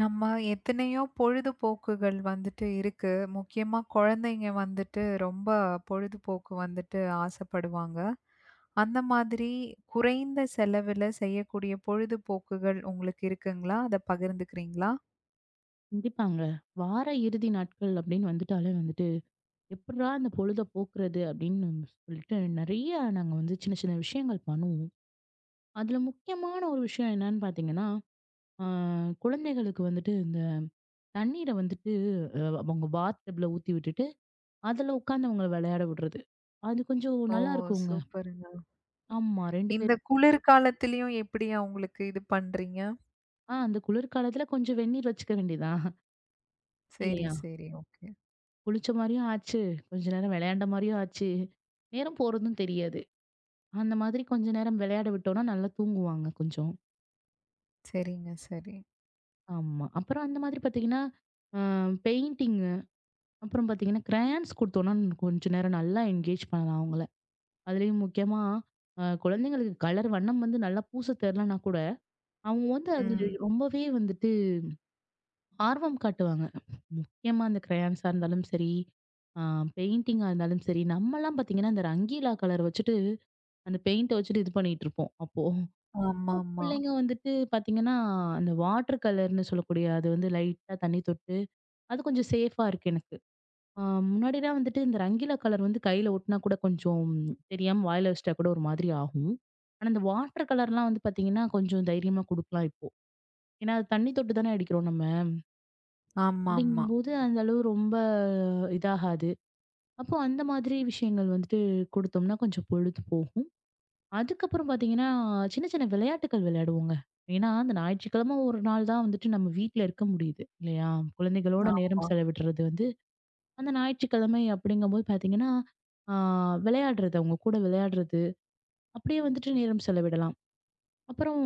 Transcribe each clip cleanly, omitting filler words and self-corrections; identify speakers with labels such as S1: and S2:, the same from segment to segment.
S1: நம்ம எத்தனையோ பொழுதுபோக்குகள் வந்துட்டு இருக்கு. முக்கியமா குழந்தைங்க வந்துட்டு ரொம்ப பொழுதுபோக்கு வந்துட்டு ஆசைப்படுவாங்க. அந்த மாதிரி குறைந்த செலவில செய்யக்கூடிய பொழுதுபோக்குகள் உங்களுக்கு இருக்குங்களா? அத பகிர்ந்துக்கிறீங்களா?
S2: கண்டிப்பாங்க. வார இறுதி நாட்கள் அப்படின்னு வந்துட்டாலே வந்துட்டு, எப்புட்றா இந்த பொழுத போக்குறது அப்படின்னு சொல்லிட்டு நெறைய நாங்க வந்து சின்ன சின்ன விஷயங்கள் பண்ணுவோம். அதுல முக்கியமான ஒரு விஷயம் என்னன்னு பார்த்தீங்கன்னா, ஆ குழந்தைகளுக்கு வந்துட்டு இந்த தண்ணீர வந்துட்டு அவங்க பாத் டப்ல ஊத்தி விட்டுட்டு, அதுல உட்காந்து அவங்கள விளையாட விடுறது. அது கொஞ்சம்
S1: ஓ!
S2: நல்லா இருக்குங்க.
S1: சூப்பருங்க.
S2: ஆமா 2
S1: இந்த
S2: பேர்.
S1: குளிர்காலத்திலயும் எப்படி அவங்களுக்கு இது பண்றீங்க?
S2: அந்த குளிர்காலத்துல கொஞ்சம் வெந்நீர் வச்சுக்க வேண்டியதுதான்.
S1: சரி,
S2: இல்லையா?
S1: சரி. ஓகே.
S2: குளிச்ச மாரியும் ஆச்சு, கொஞ்ச நேரம் விளையாண்ட மாரியும் ஆச்சு, நேரம் போறதும் தெரியாது. அந்த மாதிரி கொஞ்ச நேரம் விளையாட விட்டோம்னா நல்லா தூங்குவாங்க கொஞ்சம்.
S1: சரிங்க, சரி.
S2: ஆமா. அப்புறம் அந்த மாதிரி பார்த்தீங்கன்னா, அ பெயிண்டிங் அப்புறம் பார்த்தீங்கன்னா, கிரையான்ஸ் குடுத்தோம்னா கொஞ்ச நேரம் நல்லா என்கேஜ் பண்ணலாம் அவங்கள. அதுலயும் முக்கியமா குழந்தைங்களுக்கு கலர் வண்ணம் வந்து நல்லா பூச தெரியலனா கூட, அவங்க வந்து அதுல
S1: ம்.
S2: ரொம்பவே வந்துட்டு ஆர்வம் காட்டுவாங்க. முக்கியமா அந்த கிரையான்ஸா இருந்தாலும் சரி, அ பெயிண்டிங்கா இருந்தாலும் சரி, நம்மலாம் பார்த்தீங்கன்னா, அந்த ரங்கீலா கலர் வச்சுட்டு அந்த பெயிண்ட்ட வச்சுட்டு இது பண்ணிட்டு இருப்போம் அப்போ. இப்போ
S1: ஆமாமா.
S2: பிள்ளைங்க வந்துட்டு பாத்தீங்கன்னா, அந்த வாட்டர் கலர்ன்னு சொல்லக்கூடிய அது வந்து லைட்டா தண்ணி தொட்டு, அது கொஞ்சம் சேஃபா இருக்கு எனக்கு. அ முன்னாடிலாம் வந்துட்டு இந்த ரங்கில கலர் வந்து கையில ஒட்டுனா கூட கொஞ்சம் தெரியாம வாயில வச்சுட்டா கூட ஒரு மாதிரி ஆகும். ஆனா, இந்த வாட்டர் கலர்லாம் வந்து பாத்தீங்கன்னா, கொஞ்சம் தைரியமா குடுக்கலாம் இப்போ. ஏன்னா, அது தண்ணி தொட்டு தானே அடிக்கிறோம் நம்ம.
S1: ஆமாமா.
S2: அப்படிங்கும்போது அந்த அளவு ரொம்ப இதாகாது. அப்போ அந்த மாதிரி விஷயங்கள் வந்துட்டு குடுத்தோம்னா கொஞ்சம் பொழுது போகும். அதுக்கப்புறம் பார்த்தீங்கன்னா, சின்ன சின்ன விளையாட்டுக்கள் விளையாடுவோங்க. ஏன்னா, அந்த ஞாயிற்றுக்கிழமை ஒரு நாள் தான் வந்துட்டு நம்ம வீட்ல இருக்க முடியுது இல்லையா? குழந்தைகளோட
S1: ஆமா.
S2: நேரம் செலவிடுறது வந்து அந்த ஞாயிற்றுக்கிழமை அப்படிங்கும்போது பார்த்தீங்கன்னா, ஆ விளையாடுறது, அவங்க கூட விளையாடுறது, அப்படியே வந்துட்டு நேரம் செலவிடலாம். அப்புறம்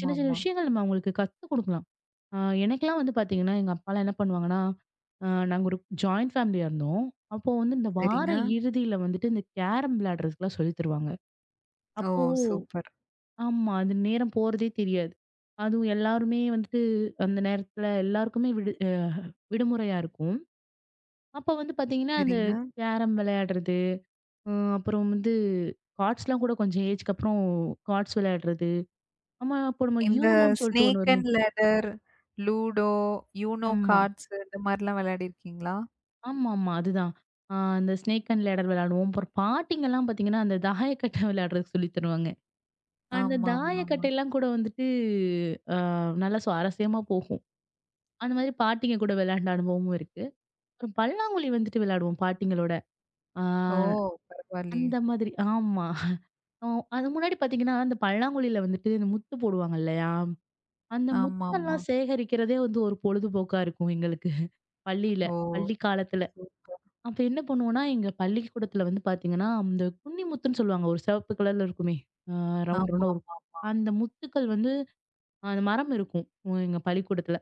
S2: சின்ன சின்ன விஷயங்கள் நம்ம அவங்களுக்கு கத்துக் குடுக்கலாம். ஆ எனக்கெல்லாம் வந்து பார்த்தீங்கன்னா, எங்க அப்பாலாம் என்ன பண்ணுவாங்கன்னா, நாங்க ஒரு ஜாயிண்ட் ஃபேமிலியா இருந்தோம். அப்போ வந்து இந்த வார
S1: சரிங்க.
S2: இறுதியில வந்துட்டு இந்த கேரம் விளையாடுறதுக்குலாம் சொல்லித் தருவாங்க.
S1: ஓ!
S2: அப்போ
S1: சூப்பர்.
S2: ஆமா. அது நேரம் போறதே தெரியாது. அதுவும் எல்லாருமே வந்துட்டு அந்த நேரத்துல எல்லாருக்குமே விடுமுறையா இருக்கும். அப்ப வந்து பாத்தீங்கன்னா, அந்த
S1: சரிங்க.
S2: கேரம் விளையாடுறது, அ அப்புறம் வந்து கார்ட்ஸ்லாம் கூட கொஞ்சம் ஏஜ்க்கு அப்புறம் கார்ட்ஸ் விளையாடுறது. ஆமா, அப்போ நம்ம
S1: இந்த
S2: யூனோன்னு சொல்லிட்டு ஒண்ணு
S1: ஸ்நேக்
S2: வருமே.
S1: அண்ட் லேடர், லூடோ, யூனோ
S2: ஆமா.
S1: கார்ட்ஸ் இந்த மாரிலாம் விளையாடிருக்கீங்களா?
S2: ஆமாமா. அதுதான். அந்த ஸ்னேக் அண்ட் லேடர் விளையாடுவோம். அப்புறம் பாட்டிங்கலாம் பாத்தீங்கன்னா, அந்த தாயக்கட்டை விளையாடுறதுக்கு சொல்லி தருவாங்க. அந்த
S1: ஆமா, ஆமா, ஆமா.
S2: தாயக்கட்டைலாம் கூட வந்துட்டு, அ நல்லா சுவாரஸ்யமா போகும். அந்த மாதிரி பாட்டிங்க கூட விளையாண்ட அனுபவமும் இருக்கு. அப்புறம் பல்லாங்குழி வந்துட்டு விளையாடுவோம் பாட்டிங்களோட. ஆ
S1: ஓ! பரவாயில்லயே!
S2: அந்த மாதிரி. ஆமா. அ அது முன்னாடி பார்த்தீங்கன்னா, அந்த பல்லாங்குழில வந்துட்டு இந்த முத்து போடுவாங்க இல்லையா? அந்த
S1: ஆமா, ஆமா.
S2: முத்தெல்லாம் சேகரிக்கிறதே வந்து ஒரு பொழுதுபோக்கா இருக்கும் எங்களுக்கு. பள்ளியில,
S1: ஓ!
S2: பள்ளி காலத்துல.
S1: சூப்பர்.
S2: அப்ப என்ன பண்ணுவோம்னா, எங்க பள்ளிக்கூடத்துல வந்து பார்த்தீங்கன்னா, இந்த குன்னி முத்துன்னு சொல்லுவாங்க. ஒரு சிவப்பு கலர்ல இருக்குமே! ஆ ரவுண்ட்
S1: ஆமா,
S2: ரவுண்டா ஒரு
S1: ஆமா, ஆமா.
S2: அந்த முத்துக்கள் வந்து அந்த மரம் இருக்கும். எங்க பள்ளிக்கூடத்துல.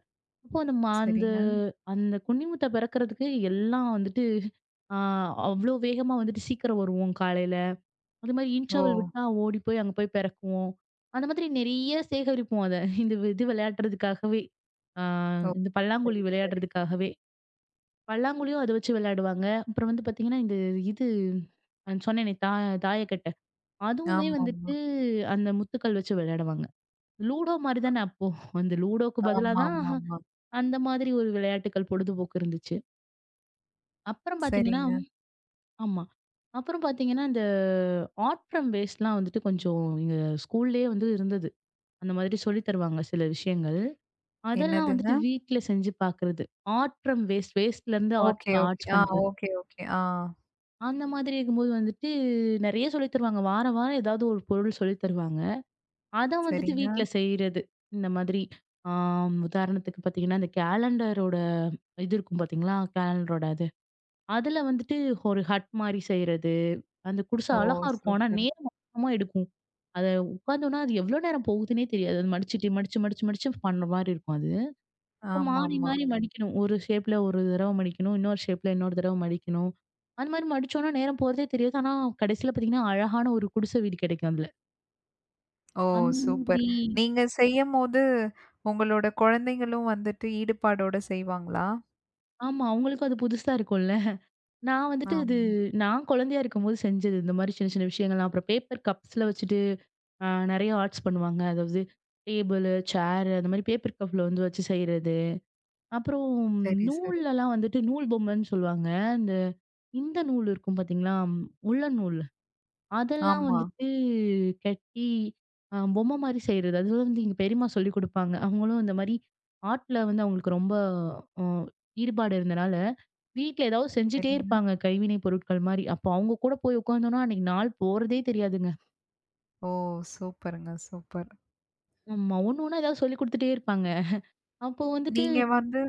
S2: அப்போ நம்ம அந்த
S1: சரிங்க.
S2: அந்த குன்னிமுட்டை பிறக்கறதுக்கு எல்லாம் வந்துட்டு ஆ அவ்ளோ வேகமா வந்துட்டு சீக்கிரம் வருவோம் காலையில. அது மாதிரி
S1: ஓ!
S2: இன்டர்வல் விட்டா ஓடி போய் அங்க போய் பிறக்குவோம். அந்த மாதிரி நெறைய சேகரிப்போம் அத. இந்த இது விளையாடுறதுக்காகவே. ஆ
S1: ஓ!
S2: இந்த பல்லாங்குழி
S1: சரி, சரி.
S2: விளையாடுறதுக்காகவே. பல்லாங்குழியும் அத வச்சு விளையாடுவாங்க. அப்புறம் வந்து பார்த்தீங்கன்னா, இந்த இது சொன்னேனே தாயக்கட்ட. அதுவுமே
S1: ஆமா, ஆமா.
S2: வந்துட்டு அந்த முத்துக்கள் வச்சு விளையாடுவாங்க. லூடோ மாரி தானே அப்போ. அந்த லூடோக்கு பதிலா
S1: ஆமா,
S2: தான்
S1: ஆமா, ஆமா.
S2: அந்த மாதிரி ஒரு விளையாட்டுக்கள் பொழுதுபோக்கு இருந்துச்சு. அப்புறம் பார்த்தீங்கன்னா
S1: சரிங்க.
S2: ஆமா. அப்புறம் பார்த்தீங்கன்னா, இந்த ஆர்ட் ஃப்ரம் வேஸ்ட்லாம் வந்துட்டு கொஞ்சம் எங்க ஸ்கூல்லயே வந்து இருந்தது. அந்த மாதிரி சொல்லி தருவாங்க சில விஷயங்கள். அதெல்லாம் வந்துட்டு
S1: என்னதுங்க?
S2: வீட்ல செஞ்சு பார்க்குறது. ஆர்ட் ஃப்ரம் வேஸ்ட், வேஸ்ட்லேருந்து ஆர்ட்
S1: ஓகே, ஓகே.
S2: ஆர்ட்ஸ்
S1: ஆ,
S2: பண்றது.
S1: Okay, okay. ஆ,
S2: அந்த மாதிரி இருக்கும்போது வந்துட்டு நெறைய சொல்லி தருவாங்க. வாரம் வாரம் ஏதாவது ஒரு பொருள் சொல்லி தருவாங்க. அத வந்துட்டு
S1: சரிங்க.
S2: வீட்ல செய்றது. இந்த மாதிரி ஆ உதாரணத்துக்கு பார்த்தீங்கன்னா, இந்த கேலண்டரோட இது இருக்கும் பார்த்தீங்களா? கேலண்டரோட அதுல வந்துட்டு ஒரு ஹட் மாரி செய்றது. அந்த குடிசை
S1: ஓ!
S2: அழகா இருக்கும். ஆனா
S1: சூப்பர்.
S2: நேரம் அதிகமா எடுக்கும். அத உட்காந்தோம்னா, அது எவ்வளோ நேரம் போகுதுன்னே தெரியாது. அது மடிச்சுட்டு, மடிச்சு, மடிச்சு, மடிச்சு பண்ற மாரி இருக்கும் அது. அப்ப
S1: ஆமா,
S2: மாறி,
S1: ஆமா.
S2: மாறி மடிக்கணும். ஒரு ஷேப்ல ஒரு தடவை மடிக்கணும். இன்னொரு ஷேப்ல இன்னொரு தடவை மடிக்கணும். அந்த மாரி மடிச்சோம்னா நேரம் போறதே தெரியாது. ஆனா கடைசியில பார்த்தீங்கன்னா, அழகான ஒரு குடிசை வீடு கிடைக்கும் அதுல.
S1: ஓ!
S2: அந்த
S1: சூப்பர்.
S2: மாதிரி.
S1: நீங்க செய்யம்போது, உங்களோட குழந்தைங்களும் வந்துட்டு ஈடுபாடோட செய்வாங்களா?
S2: ஆமா. அவங்களுக்கும் அது புதுசா இருக்கும்ல. நான் வந்துட்டு
S1: ஆம்.
S2: இது நான் குழந்தையா இருக்கும்போது செஞ்சது. இந்த மாரி சின்ன, சின்ன விஷயங்கள்லாம். அப்புறம் பேப்பர் கப்ஸ்ல வச்சுட்டு நெறைய ஆர்ட்ஸ் பண்ணுவாங்க. அதாவது டேபிளு, சேரு அந்த மாரி பேப்பர் கப்ல வந்து வச்சு செய்றது. அப்புறம்
S1: சரி, சரி.
S2: நூல்லலாம் வந்துட்டு நூல் பொம்மன்னு சொல்லுவாங்க. இந்த இந்த நூல் இருக்கும் பார்த்தீங்களா? உல்லன் நூல். அதெல்லாம்
S1: ஆமா.
S2: வந்துட்டு கட்டி பொம்மை மாரி செய்றது. அது வந்து எங்க பெரியம்மா சொல்லிக் குடுப்பாங்க. அவங்களும் இந்த மாரி ஆர்ட்ல வந்து அவங்களுக்கு ரொம்ப அ ஈடுபாடு இருந்தனால, வீட்ல ஏதாவது செஞ்சுட்டே
S1: சரிங்க.
S2: இருப்பாங்க. கைவினை பொருட்கள் மாரி. அப்போ அவங்க கூட போய் உட்காந்தோம்னா, அன்னைக்கு நாள் போறதே தெரியாதுங்க.
S1: ஓ! சூப்பருங்க, சூப்பர்.
S2: ஆமா. ஒண்ணு ஒண்ணா ஏதாவது சொல்லிக் குடுத்துட்டே இருப்பாங்க. அப்போ வந்துட்டு,
S1: நீங்க வந்து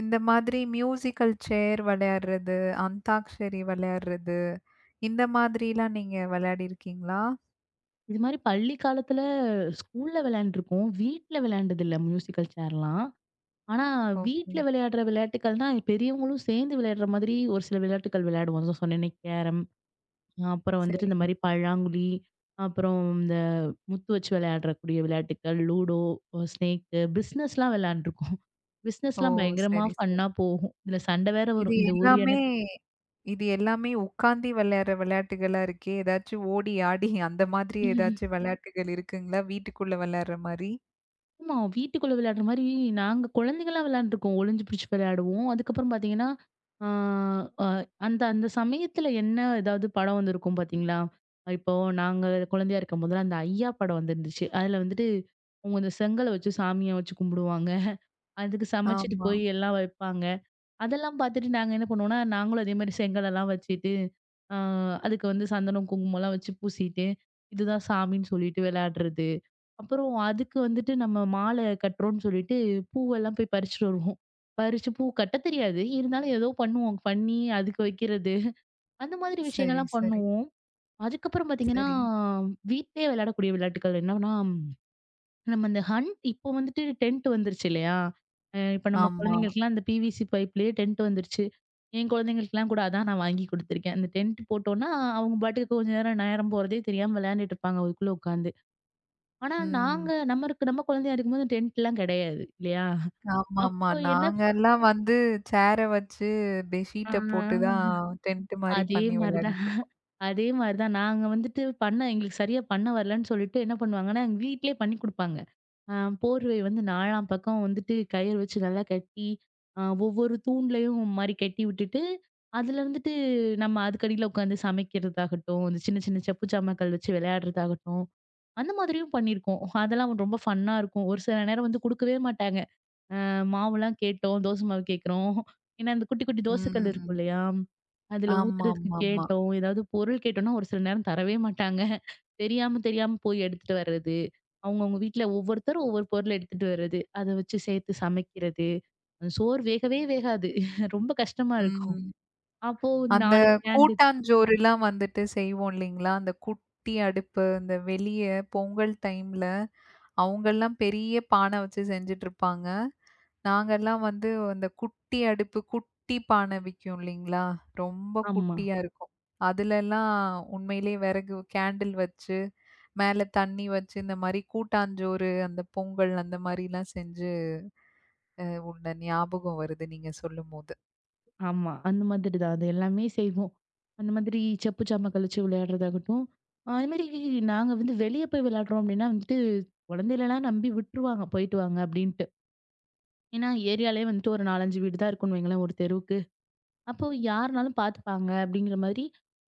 S1: இந்த மாதிரி மியூசிக்கல் சேர் விளையாடுறது, அந்தாக்ஷரி விளையாடுறது, இந்த மாதிரிலாம் நீங்க விளையாடிருக்கீங்களா?
S2: இது மாரி பள்ளி காலத்துல ஸ்கூல்ல விளையாண்டுருக்கோம். வீட்ல விளையாண்டதில்ல மியூசிக்கல் சேர்லாம். ஆனா,
S1: ஓகே.
S2: வீட்ல விளையாடுற விளையாட்டுக்கள்னா, பெரியவங்களும் சேர்ந்து விளையாடுற மாதிரி ஒரு சில விளையாட்டுகள் விளையாடுவோம். அதான் சொன்னேனே கேரம், அப்புறம் வந்துட்டு
S1: சரி.
S2: இந்த மாரி பல்லாங்குழி, அப்புறம் இந்த முத்து வச்சு விளையாடக்கூடிய விளையாட்டுக்கள், லூடோ, ஸ்னேக்கு, பிஸ்னஸ்லாம் விளையாண்டுருக்கோம்.
S1: ஓ!
S2: பிஸ்னஸ்லாம் பயங்கரமா
S1: சரி, சரி.
S2: ஃபன்னா போகும். இதுல சண்டை வேற
S1: இது
S2: வரும். இந்த ஒரு
S1: எல்லாமே இது எல்லாமே உட்கார்ந்து விளையாடுற விளையாட்டுகளா இருக்கே! ஏதாச்சும் ஓடி ஆடி அந்த மாதிரி
S2: எனக்கு
S1: ஏதாச்சும் விளையாட்டுகள் இருக்குங்களா? வீட்டுக்குள்ள விளையாடுற மாரி?
S2: ஆமா. வீட்டுக்குள்ள விளையாடுற மாரி நாங்க குழந்தைகளா விளையாண்டுருக்கோம். ஒளிஞ்சு பிடிச்சு விளையாடுவோம். அதுக்கப்புறம் பார்த்தீங்கன்னா, ஆ அ அந்த அந்த சமயத்துல என்ன ஏதாவது படம் வந்திருக்கும் பார்த்தீங்களா? இப்போ நாங்க குழந்தையா இருக்கும்போதெல்லாம் அந்த ஐயா படம் வந்திருந்துச்சு. அதுல வந்துட்டு அவங்க இந்த செங்கல வச்சு சாமியா வச்சு கும்பிடுவாங்க. அதுக்கு சமைச்சுட்டு
S1: ஆமா.
S2: போய் எல்லாம் வைப்பாங்க. அதெல்லாம் பார்த்துட்டு நாங்க என்ன பண்ணுவோம்னா, நாங்களும் அதே மாரி செங்கலெல்லாம் வச்சுட்டு, ஆ அதுக்கு வந்து சந்தனம், குங்குமம்லாம் வச்சு பூசிட்டு, இதுதான் சாமின்னு சொல்லிட்டு விளையாடுறது. அப்புறம் அதுக்கு வந்துட்டு நம்ம மாலை கட்டுறோம்னு சொல்லிட்டு பூவெல்லாம் போய் பறிச்சுட்டு வருவோம். பறிச்சு பூ கட்ட தெரியாது. இருந்தாலும் ஏதோ பண்ணுவோம். பண்ணி அதுக்கு வைக்கிறது. அந்த மாதிரி
S1: சரி,
S2: விஷயங்கள்லாம்
S1: சரி,
S2: பண்ணுவோம். அதுக்கப்புறம் பார்த்தீங்கன்னா,
S1: சரி.
S2: வீட்லயே விளையாடக்கூடிய விளையாட்டுக்கள் என்னன்னா, நம்ம இந்த ஹண்ட் இப்போ வந்துட்டு டென்ட் வந்துருச்சு இல்லையா? இப்ப நம்ம
S1: ஆமா.
S2: குழந்தைங்களுக்குலாம் இந்த பிவிசி பைப்லேயே டென்ட் வந்துருச்சு. என் குழந்தைங்களுக்குலாம் கூட அதான் நான் வாங்கி குடுத்துருக்கேன். அந்த டென்ட் போட்டோம்னா, அவங்க பாட்டுக்கு கொஞ்ச நேரம் நேரம் போறதே தெரியாம விளையாண்டுட்டு இருப்பாங்க அதுக்குள்ள உட்காந்து. ஆனா
S1: ம்.
S2: நாங்க நம்ம இருக்கு நம்ம குழந்தையா இருக்கும்போது டென்ட்லாம் கிடையாது இல்லையா?
S1: ஆமாமா.
S2: அப்போ என்ன.
S1: நாங்கலாம் வந்து சேர வச்சு
S2: ஆ
S1: பெட்ஷீட்ட போட்டு தான் டென்ட் மாரி
S2: அதே
S1: பண்ணி
S2: மாரி தான்.
S1: விளையாடிட்டு இருப்போம்.
S2: அதே மாரி தான். நாங்க வந்துட்டு பண்ண எங்களுக்கு சரியா பண்ண வரலன்னு சொல்லிட்டு என்ன பண்ணுவாங்கன்னா, எங்க வீட்லயே பண்ணி குடுப்பாங்க. அ போர்வை வந்து 4ஆம் பக்கம் வந்துட்டு கயிறு வச்சு நல்லா கட்டி, அ ஒவ்வொரு தூண்லயும் மாரி கட்டி விட்டுட்டு, அதுல இருந்துட்டு நம்ம அதுக்கடியில உட்காந்து சமைக்கிறதாகட்டும், இந்த சின்ன சின்ன செப்பு சாமாக்கள் வச்சு விளையாடுறதாகட்டும், அந்த மாதிரியும் பண்ணியிருக்கோம். அதெல்லாம் ரொம்ப ஃபன்னா இருக்கும். ஒரு சில நேரம் வந்து குடுக்கவே மாட்டாங்க. மாவுலாம் கேட்டோம். தோசை மாவு கேட்கிறோம். ஏன்னா, அந்த குட்டி, குட்டி தோசைக்கல் இருக்கும்
S1: ம்.
S2: இல்லையா? அதுல ஊத்துறதுக்கு
S1: ஆமாமாமா.
S2: கேட்டோம். ஏதாவது பொருள் கேட்டோம்னா, ஒரு சில நேரம் தரவே மாட்டாங்க. தெரியாம, தெரியாம போய் எடுத்துட்டு வர்றது. அவங்கவங்க வீட்ல ஒவ்வொருத்தரும் ஒவ்வொரு பொருள் எடுத்துட்டு வர்றது. அத வச்சு சேர்த்து சமைக்கிறது. சோறு வேகவே வேகாது. ரொம்ப கஷ்டமா இருக்கும்.
S1: ம்.
S2: அப்போ
S1: அந்த
S2: 4 கேண்டு.
S1: கூட்டாஞ்சோறுலாம் வந்துட்டு செய்வோம் இல்லைங்களா? அந்த குட்டி அடுப்பு, இந்த வெளிய பொங்கல் டைம்ல அவங்கலாம் பெரிய பானை வச்சு செஞ்சுட்டுருப்பாங்க. நாங்கலாம் வந்து அந்த குட்டி அடுப்பு, குட்டி பானை விக்கும் இல்லைங்களா? ரொம்ப
S2: ஆமா.
S1: குட்டியா இருக்கும். அதுலலாம் உண்மையிலேயே விறகு கேண்டில் வச்சு, மேல தண்ணி வச்சு, இந்த மாரி கூட்டாஞ்சோறு, அந்த பொங்கல் அந்த மாரிலாம் செஞ்சு அ உள்ள ஞாபகம் வருது நீங்க சொல்லும்போது.
S2: ஆமா. அந்த மாதிரி தான். அது எல்லாமே செய்வோம். அந்த மாதிரி செப்பு சாமான் கழிச்சு விளையாடுறதாகட்டும், அதுமாரி நாங்க வந்து வெளிய போய் விளையாடுறோம் அப்டின்னா வந்துட்டு, குழந்தைகளலாம் நம்பி விட்டுருவாங்க. போயிட்டு வாங்க அப்டின்ட்டு. ஏன்னா, ஏரியாலயே வந்துட்டு ஒரு 4, 5 வீடு தான் இருக்கும்னு வைங்களேன் ஒரு தெருவுக்கு. அப்போ யாருனாலும் பார்த்துப்பாங்க அப்படிங்கிற மாதிரி.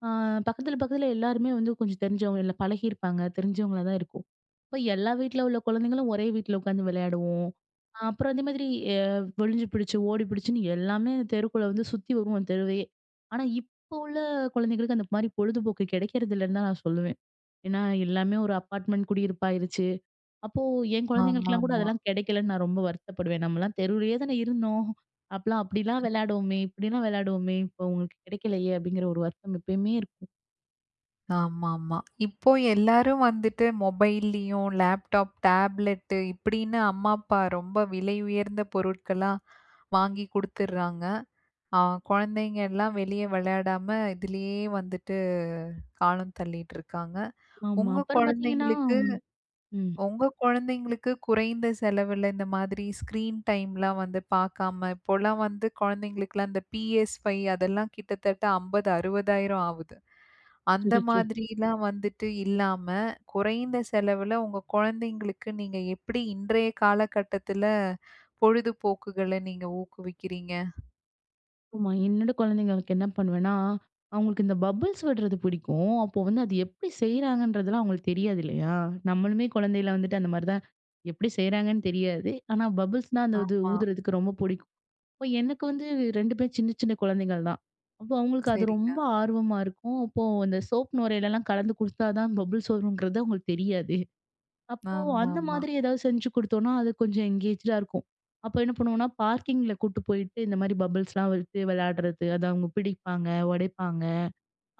S2: ஆ, பக்கத்துல பக்கத்துல எல்லாருமே வந்து கொஞ்சம் தெரிஞ்சவங்க இல்ல பழகியிருப்பாங்க, தெரிஞ்சவங்களா தான் இருக்கும். இப்போ எல்லா வீட்ல உள்ள குழந்தைங்களும் ஒரே வீட்ல உட்காந்து விளையாடுவோம். அப்புறம் அதே மாதிரி ஒளிஞ்சு பிடிச்சு ஓடி பிடிச்சுன்னு எல்லாமே அந்த தெருக்குள்ள வந்து சுத்தி வருவோம் அந்த தெருவையே. ஆனா இப்போ உள்ள குழந்தைங்களுக்கு அந்த மாதிரி பொழுதுபோக்கு கிடைக்கிறது இல்லைன்னு தான் நான் சொல்லுவேன். ஏன்னா எல்லாமே ஒரு அப்பார்ட்மெண்ட் குடியிருப்பாயிருச்சு. அப்போ என் குழந்தைங்களுக்கெல்லாம் கூட
S1: ஆமாமா.
S2: அதெல்லாம் கிடைக்கலன்னு நான் ரொம்ப வருத்தப்படுவேன். நம்மலாம் தெருவுலயே தானே இருந்தோம். அப்பலாம் அப்படிலாம் விளையாடுவோமே! இப்படிலாம் விளையாடுவோமே! இப்போ உங்களுக்கு கிடைக்கலையே! அப்படிங்கிற ஒரு வருத்தம் எப்பயுமே இருக்கும்.
S1: ஆமாமா. இப்போ எல்லாரும் வந்துட்டு மொபைல்லயும், லேப்டாப், டேப்லெட்டு இப்படின்னு அம்மா, அப்பா ரொம்ப விலை உயர்ந்த பொருட்களா வாங்கி குடுத்துடுறாங்க. அ குழந்தைங்க எல்லாம் வெளிய விளையாடாம, இதுலயே வந்துட்டு காலம் தள்ளிட்டு இருக்காங்க.
S2: ஆமா.
S1: உங்க
S2: அப்புறம் பார்த்தீங்கன்னா.
S1: குழந்தைங்களுக்கு
S2: ம்.
S1: உங்க குழந்தைங்களுக்கு குறைந்த செலவுல இந்த மாதிரி ஸ்க்ரீன் டைம்லாம் வந்து பார்க்காம, இப்போலாம் வந்து குழந்தைங்களுக்குலாம் இந்த PS5 அதெல்லாம் கிட்டத்தட்ட 50, 60,000 ஆவுது. அந்த
S2: அச்சச்சோ!
S1: மாதிரிலாம் வந்துட்டு இல்லாம, குறைந்த செலவுல உங்க குழந்தைங்களுக்கு நீங்க எப்படி இன்றைய காலகட்டத்துல பொழுதுபோக்குகள நீங்க ஊக்குவிக்கிறீங்க?
S2: ஆமா. என்னோட குழந்தைங்களுக்கு என்ன பண்ணுவேன்னா, அவங்களுக்கு இந்த பபிள்ஸ் விடுறது பிடிக்கும். அப்போ வந்து அது எப்படி செய்றாங்கன்றதெல்லாம் அவங்களுக்கு தெரியாது இல்லையா? நம்மளுமே குழந்தையில வந்துட்டு அந்த மாரி தான் எப்படி செய்றாங்கன்னு தெரியாது. ஆனா பபிள்ஸ்னா அந்த இது
S1: ஆமா.
S2: ஊதுறதுக்கு ரொம்ப பிடிக்கும். அப்ப எனக்கு வந்து 2 பேர் சின்ன சின்ன குழந்தைகள் தான். அப்போ அவங்களுக்கு அது
S1: சரிங்க.
S2: ரொம்ப ஆர்வமா இருக்கும். அப்போ அந்த சோப் நுரையிலலாம் கலந்து குடுத்தா தான் பபிள்ஸ் வருங்கிறது அவங்களுக்கு தெரியாது. அப்போ அந்த
S1: ஆமாமா.
S2: மாதிரி ஏதாவது செஞ்சு குடுத்தோம்னா, அது கொஞ்சம் எங்கேஜ்டா இருக்கும். அப்போ என்ன பண்ணுவோம்னா, பார்க்கிங்ல கூட்டு போயிட்டு இந்த மாரி பபிள்ஸ்லாம் விட்டு விளையாடுறது. அத அவங்க பிடிப்பாங்க, உடைப்பாங்க.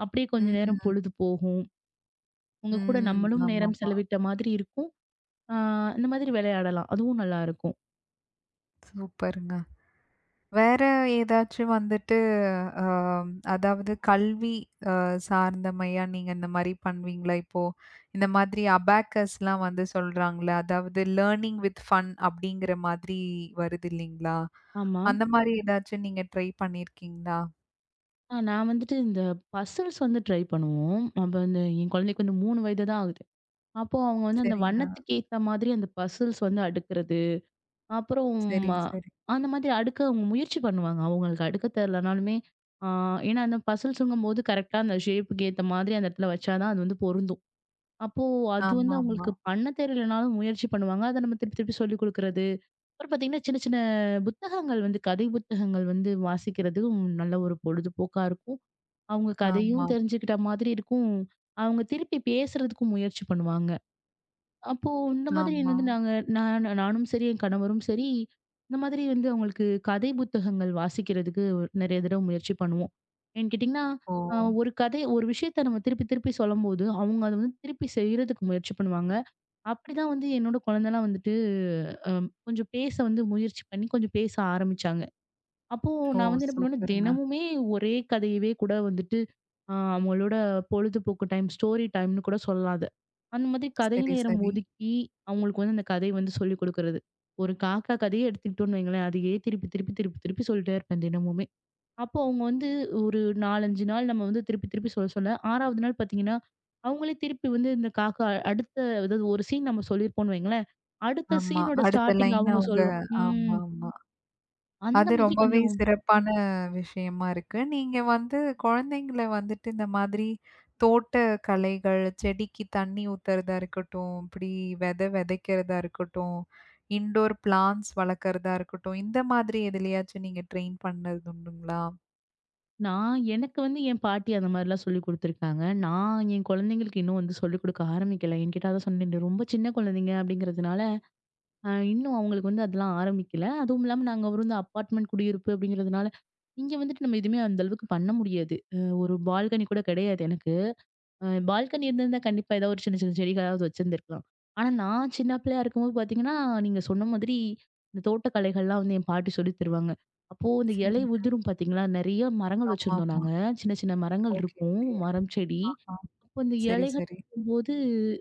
S2: அப்படியே கொஞ்ச நேரம்
S1: ம்.
S2: பொழுது போகும். உங்க கூட
S1: ம்.
S2: நம்மளும் நேரம்
S1: ஆமாமா.
S2: செலவிட்ட மாதிரி இருக்கும். ஆ இந்த மாதிரி விளையாடலாம். அதுவும் நல்லாருக்கும்.
S1: சூப்பருங்க. வேற ஏதாச்சும் வந்துட்டு, அ அதாவது கல்வி அ சார்ந்த மையா நீங்க இந்த மாரி பண்ணுவீங்களா? இப்போ இந்த மாதிரி அபாக்கஸ்லாம் வந்து சொல்றாங்கல்ல, அதாவது "லேர்னிங் வித் ஃபன்" அப்படிங்கிற மாதிரி வருது இல்லைங்களா?
S2: ஆமா.
S1: அந்த மாரி ஏதாச்சும் நீங்க ட்ரை பண்ணியிருக்கீங்களா?
S2: நான் வந்துட்டு இந்த பசில்ஸ் வந்து ட்ரை பண்ணுவோம். அப்ப அந்த என் குழந்தைக்கு வந்து 3 வயது தான் ஆகுது. அப்போ அவங்க வந்து அந்த
S1: சரிங்க.
S2: வண்ணத்துக்கு ஏத்த மாதிரி அந்த பசில்ஸ் வந்து அடுக்குறது. அப்புறம்
S1: சரி,
S2: அ
S1: சரி.
S2: அந்த மாதிரி அடுக்க அவங்க முயற்சி பண்ணுவாங்க. அவங்களுக்கு அடுக்க தெரியலனாலுமே, ஆ ஏன்னா அந்த பசில்ஸுங்கும்போது கரெக்ட்டா அந்த ஷேப்புக்கு ஏத்த மாதிரி அந்த இடத்துல வச்சா தான் அது வந்து பொருந்தும். அப்போ அது வந்து
S1: ஆமாமா.
S2: அவங்களுக்கு பண்ண தெரியலனாலும் முயற்சி பண்ணுவாங்க. அத நம்ம திருப்பி திருப்பி சொல்லிக் குடுக்குறது. அப்புறம் பார்த்தீங்கன்னா, சின்ன சின்ன புத்தகங்கள் வந்து கதை புத்தகங்கள் வந்து வாசிக்கிறதும் நல்ல ஒரு பொழுதுபோக்கா இருக்கும். அவங்க
S1: ஆமா,
S2: கதையும் தெரிஞ்சுக்கிட்ட மாதிரி இருக்கும். அவங்க திருப்பி பேசுறதுக்கும் முயற்சி பண்ணுவாங்க. அப்போ இந்த
S1: ஆமா.
S2: மாதிரி
S1: ஆமா.
S2: வந்து நான் நானும் சரி, என் கணவரும் சரி, இந்த மாதிரி வந்து அவங்களுக்கு கதை புத்தகங்கள் வாசிக்கிறதுக்கு நெறைய தடவ முயற்சி பண்ணுவோம். ஏன்னு கேட்டீங்கன்னா,
S1: ஓ!
S2: ஒரு கதை ஒரு விஷயத்த நம்ம திருப்பி திருப்பி சொல்லும்போது, அவங்க அத வந்து திருப்பி செய்றதுக்கு முயற்சி பண்ணுவாங்க. அப்படிதான் வந்து என்னோட குழந்தைலாம் வந்துட்டு அ கொஞ்சம் பேச வந்து முயற்சி பண்ணி கொஞ்சம் பேச ஆரம்பிச்சாங்க. அப்போ
S1: ஓ!
S2: நான் வந்து என்ன பண்ணுவேன்னா,
S1: சூப்பருங்க.
S2: தினமுமே ஒரே கதையவே கூட வந்துட்டு அவங்களோட பொழுதுபோக்கு டைம், ஸ்டோரி டைம்ன்னு கூட சொல்லலாம் அத. அந்த மாதிரி கதை
S1: சரி,
S2: நேரம்
S1: சரி.
S2: ஒதுக்கி, அவங்களுக்கு வந்து அந்த கதை வந்து சொல்லிக் கொடுக்குறது. ஒரு காக்கா கதையே எடுத்துக்கிட்டோம்னு வைங்களேன், அதையே திருப்பி, திருப்பி, திருப்பி, திருப்பி சொல்லிட்டே இருப்பேன் தினமுமே. அப்போ அவங்க வந்து ஒரு 4, 5 நாள் நம்ம வந்து திருப்பி, திருப்பி சொல்ல சொல்ல 6வது நாள் பார்த்தீங்கன்னா, அவங்களே திருப்பி வந்து இந்த காக்கா அடுத்த அதாவது ஒரு சீன் நம்ம சொல்லியிருப்போம்னு வைங்களேன், அடுத்த
S1: ஆமா.
S2: சீனோட
S1: அடுத்த
S2: ஸ்டார்ட்டிங்
S1: லைன்
S2: அவங்க
S1: அவங்க
S2: சொல்லும். ம்.
S1: ஆமாமா.
S2: அந்த
S1: அது
S2: மாதிரி
S1: ரொம்பவே
S2: கொஞ்சம்.
S1: சிறப்பான விஷயமா இருக்கு. நீங்க வந்து குழந்தைங்கள வந்துட்டு இந்த மாதிரி தோட்ட கலைகள், செடிக்கு தண்ணி ஊத்துறதா இருக்கட்டும், இப்படி விதை விதைக்கிறதா இருக்கட்டும், இன்டோர் பிளான்ட்ஸ் வளர்க்கறதா இருக்கட்டும், இந்த மாதிரி எதுலயாச்சும் நீங்க ட்ரெயின் பண்ணது உண்டுங்களா?
S2: எனக்கு வந்து என் பாட்டி அந்த மாதிரிலாம் சொல்லிக் குடுத்துருக்காங்க. நான் என் குழந்தைங்களுக்கு இன்னும் வந்து சொல்லிக் குடுக்க ஆரம்பிக்கல. என்கிட்ட அதான் சொன்னேன் இது ரொம்ப சின்ன குழந்தைங்க அப்படிங்கிறதுனால, இன்னும் அவங்களுக்கு வந்து அதெல்லாம் ஆரம்பிக்கல. அதுவும் இல்லாம நாங்க ஒரு வந்து அப்பார்ட்மெண்ட் குடியிருப்பு அப்படிங்கிறதுனால, இங்க வந்துட்டு நம்ம எதுவுமே அந்த அளவுக்கு பண்ண முடியாது. ஒரு பால்கனி கூட கிடையாது எனக்கு. பால்கனி இருந்திருந்தா கண்டிப்பா ஏதாவது ஒரு சின்ன, சின்ன செடிகளாவது வச்சிருந்திருக்கலாம். ஆனா நான் சின்ன பிள்ளையா இருக்கும்போது பார்த்தீங்கன்னா, நீங்க சொன்ன மாதிரி இந்த தோட்டக்கலைகள்லாம் வந்து என் பாட்டி சொல்லி தருவாங்க. அப்போ இந்த இலை
S1: சரிங்க.
S2: உதிரும் பார்த்தீங்களா, நெறைய மரங்கள் வச்சிருந்தோம்
S1: ஆமாமா.
S2: நாங்க. சின்ன, சின்ன மரங்கள்
S1: ஓகே,
S2: இருக்கும்.
S1: ஓகே.
S2: மரம், செடி.
S1: ஆஹா.
S2: அப்போ இந்த
S1: சரி,
S2: இலைகள்
S1: சரி.
S2: இருக்கும்போது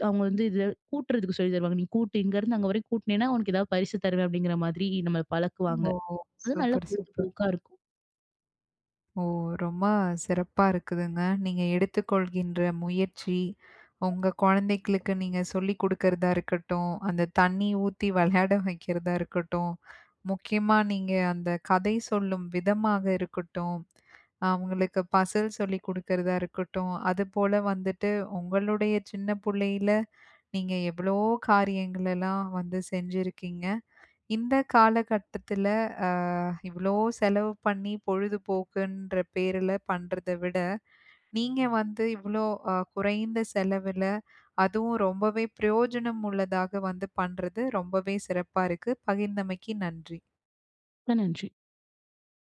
S2: அவங்க வந்து இத கூட்டுறதுக்கு சொல்லி தருவாங்க. "நீ கூட்டு இங்கருந்து அங்க வரைக்கும் கூட்டுனேன்னா, உனக்கு ஏதாவது பரிசு தருவேன்." அப்படிங்கிற மாதிரி நம்மள பழக்குவாங்க.
S1: ஓ!
S2: அது நல்ல
S1: சூப்பர், சூப்பர்.
S2: பொழுதுபோக்கா இருக்கும்.
S1: ஓ! ரொம்ப சிறப்பா இருக்குதுங்க. நீங்க எடுத்துக்கொள்கின்ற முயற்சி, உங்க குழந்தைகளுக்கு நீங்க சொல்லிக் குடுக்கிறதா இருக்கட்டும், அந்த தண்ணி ஊத்தி விளையாட வைக்கிறதா இருக்கட்டும், முக்கியமா நீங்க அந்த கதை சொல்லும் விதமாக இருக்கட்டும், அவங்களுக்கு பசில் சொல்லிக் குடுக்கிறதா இருக்கட்டும், அதுபோல வந்துட்டு உங்களுடைய சின்ன புள்ளையில நீங்க எவ்வளோ காரியங்களெல்லாம் வந்து செஞ்சிருக்கீங்க. இந்த காலகட்டத்துல அ இவ்ளோ செலவு பண்ணி பொழுதுபோக்குன்ற பேருல பண்றத விட, நீங்க வந்து இவ்ளோ குறைந்த செலவுல, அதுவும் ரொம்பவே பிரயோஜனம் உள்ளதாக வந்து பண்றது ரொம்பவே சிறப்பா இருக்கு. பகிர்ந்தமைக்கு நன்றி.
S2: ரொம்ப நன்றி.